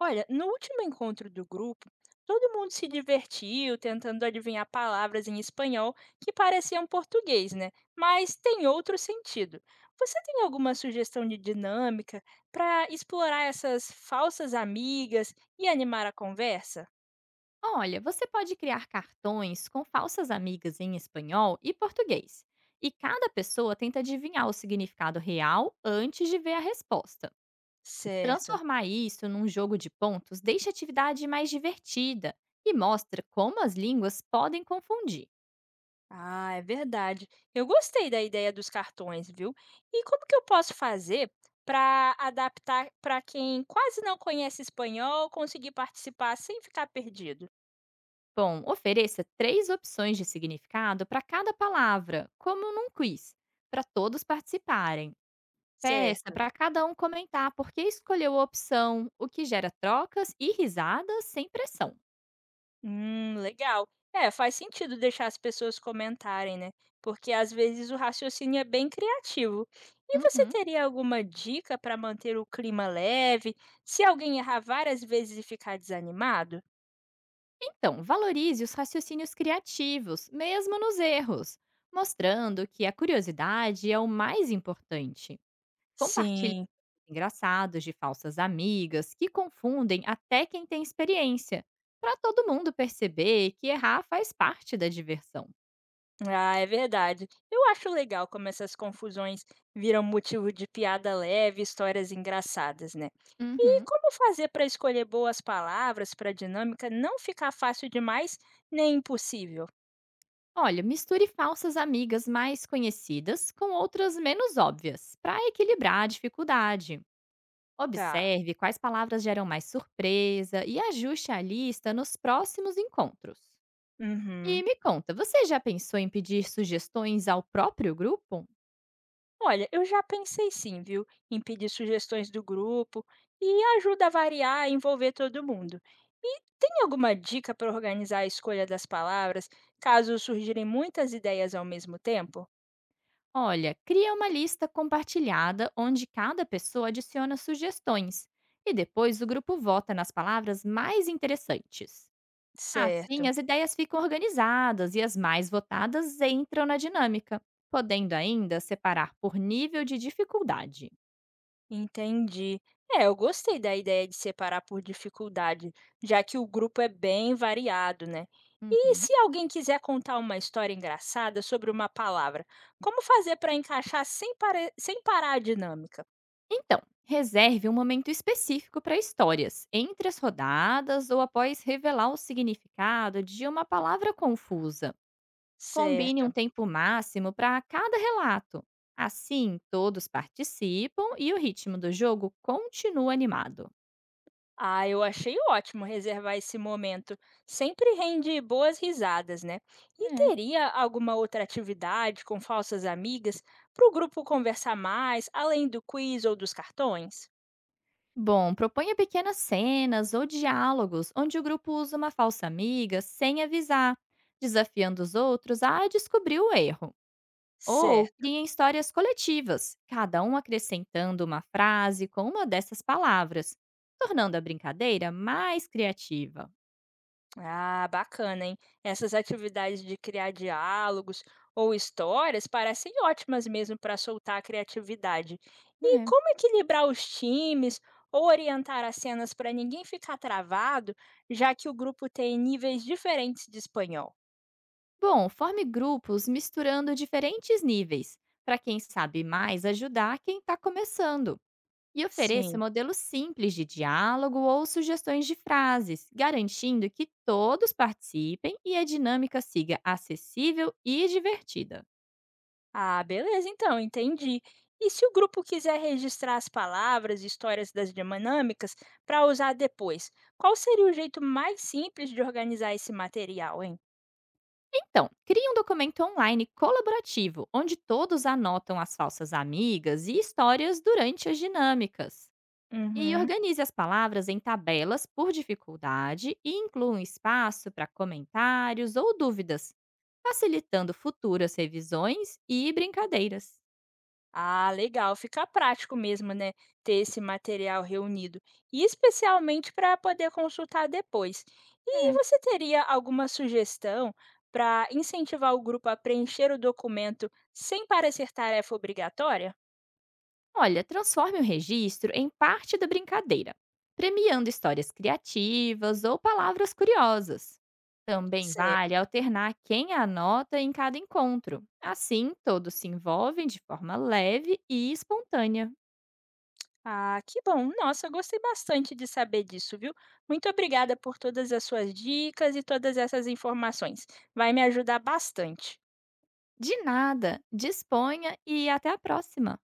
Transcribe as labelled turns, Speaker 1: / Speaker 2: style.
Speaker 1: Olha, no último encontro do grupo, todo mundo se divertiu tentando adivinhar palavras em espanhol que pareciam português, né? Mas tem outro sentido. Você tem alguma sugestão de dinâmica para explorar essas falsas amigas e animar a conversa?
Speaker 2: Olha, você pode criar cartões com falsas amigas em espanhol e português. E cada pessoa tenta adivinhar o significado real antes de ver a resposta.
Speaker 1: Certo.
Speaker 2: Transformar isso num jogo de pontos deixa a atividade mais divertida e mostra como as línguas podem confundir.
Speaker 1: Ah, é verdade. Eu gostei da ideia dos cartões, viu? E como que eu posso fazer para adaptar para quem quase não conhece espanhol conseguir participar sem ficar perdido?
Speaker 2: Bom, ofereça três opções de significado para cada palavra, como num quiz, para todos participarem. Peça
Speaker 1: Certo.
Speaker 2: para cada um comentar por que escolheu a opção, o que gera trocas e risadas sem pressão.
Speaker 1: Legal. É, faz sentido deixar as pessoas comentarem, né? Porque às vezes o raciocínio é bem criativo. E você
Speaker 2: Uhum.
Speaker 1: teria alguma dica para manter o clima leve, se alguém errar várias vezes e ficar desanimado?
Speaker 2: Então, valorize os raciocínios criativos, mesmo nos erros, mostrando que a curiosidade é o mais importante. Compartilhe
Speaker 1: Sim.
Speaker 2: engraçados de falsas amigas que confundem até quem tem experiência, para todo mundo perceber que errar faz parte da diversão.
Speaker 1: Ah, é verdade. Eu acho legal como essas confusões viram motivo de piada leve, histórias engraçadas, né? E
Speaker 2: Uhum.
Speaker 1: como fazer para escolher boas palavras para a dinâmica não ficar fácil demais nem impossível?
Speaker 2: Olha, misture falsas amigas mais conhecidas com outras menos óbvias, para equilibrar a dificuldade.
Speaker 1: Tá.
Speaker 2: Observe quais palavras geram mais surpresa e ajuste a lista nos próximos encontros. E
Speaker 1: Uhum.
Speaker 2: me conta, você já pensou em pedir sugestões ao próprio grupo?
Speaker 1: Olha, eu já pensei sim, viu, em pedir sugestões do grupo e ajuda a variar e envolver todo mundo. E tem alguma dica para organizar a escolha das palavras, caso surgirem muitas ideias ao mesmo tempo?
Speaker 2: Olha, cria uma lista compartilhada onde cada pessoa adiciona sugestões e depois o grupo vota nas palavras mais interessantes. Assim,
Speaker 1: Certo,
Speaker 2: as ideias ficam organizadas e as mais votadas entram na dinâmica, podendo ainda separar por nível de dificuldade.
Speaker 1: entendi. É, eu gostei da ideia de separar por dificuldade, já que o grupo é bem variado, né? E
Speaker 2: Uhum.
Speaker 1: se alguém quiser contar uma história engraçada sobre uma palavra, como fazer para encaixar sem parar a dinâmica?
Speaker 2: Então, reserve um momento específico para histórias, entre as rodadas ou após revelar o significado de uma palavra confusa. Combine um
Speaker 1: Certo.
Speaker 2: tempo máximo para cada relato. Assim, todos participam e o ritmo do jogo continua animado.
Speaker 1: Ah, eu achei ótimo reservar esse momento. Sempre rende boas risadas, né? E
Speaker 2: É.
Speaker 1: teria alguma outra atividade com falsas amigas para o grupo conversar mais, além do quiz ou dos cartões?
Speaker 2: Bom, proponha pequenas cenas ou diálogos onde o grupo usa uma falsa amiga sem avisar, desafiando os outros a descobrir o erro. Ou
Speaker 1: Certo.
Speaker 2: criem histórias coletivas, cada um acrescentando uma frase com uma dessas palavras, tornando a brincadeira mais criativa.
Speaker 1: Ah, bacana, hein? Essas atividades de criar diálogos ou histórias parecem ótimas mesmo para soltar a criatividade. E
Speaker 2: É.
Speaker 1: como equilibrar os times ou orientar as cenas para ninguém ficar travado, já que o grupo tem níveis diferentes de espanhol?
Speaker 2: Bom, forme grupos misturando diferentes níveis, para quem sabe mais ajudar quem está começando. E ofereça
Speaker 1: Sim.
Speaker 2: modelos simples de diálogo ou sugestões de frases, garantindo que todos participem e a dinâmica siga acessível e divertida.
Speaker 1: Ah, beleza, então, entendi. E se o grupo quiser registrar as palavras e histórias das dinâmicas para usar depois, qual seria o jeito mais simples de organizar esse material, hein?
Speaker 2: Então, crie um documento online colaborativo, onde todos anotam as falsas amigas e histórias durante as dinâmicas. E
Speaker 1: Uhum.
Speaker 2: organize as palavras em tabelas por dificuldade e inclua um espaço para comentários ou dúvidas, facilitando futuras revisões e brincadeiras.
Speaker 1: Ah, legal, fica prático mesmo, né, ter esse material reunido, e especialmente para poder consultar depois. E
Speaker 2: É.
Speaker 1: você teria alguma sugestão para incentivar o grupo a preencher o documento sem parecer tarefa obrigatória?
Speaker 2: Olha, transforme o registro em parte da brincadeira, premiando histórias criativas ou palavras curiosas. Também
Speaker 1: Certo.
Speaker 2: vale alternar quem anota em cada encontro. Assim, todos se envolvem de forma leve e espontânea.
Speaker 1: Ah, que bom. Nossa, eu gostei bastante de saber disso, viu? Muito obrigada por todas as suas dicas e todas essas informações. Vai me ajudar bastante.
Speaker 2: De nada, disponha e até a próxima!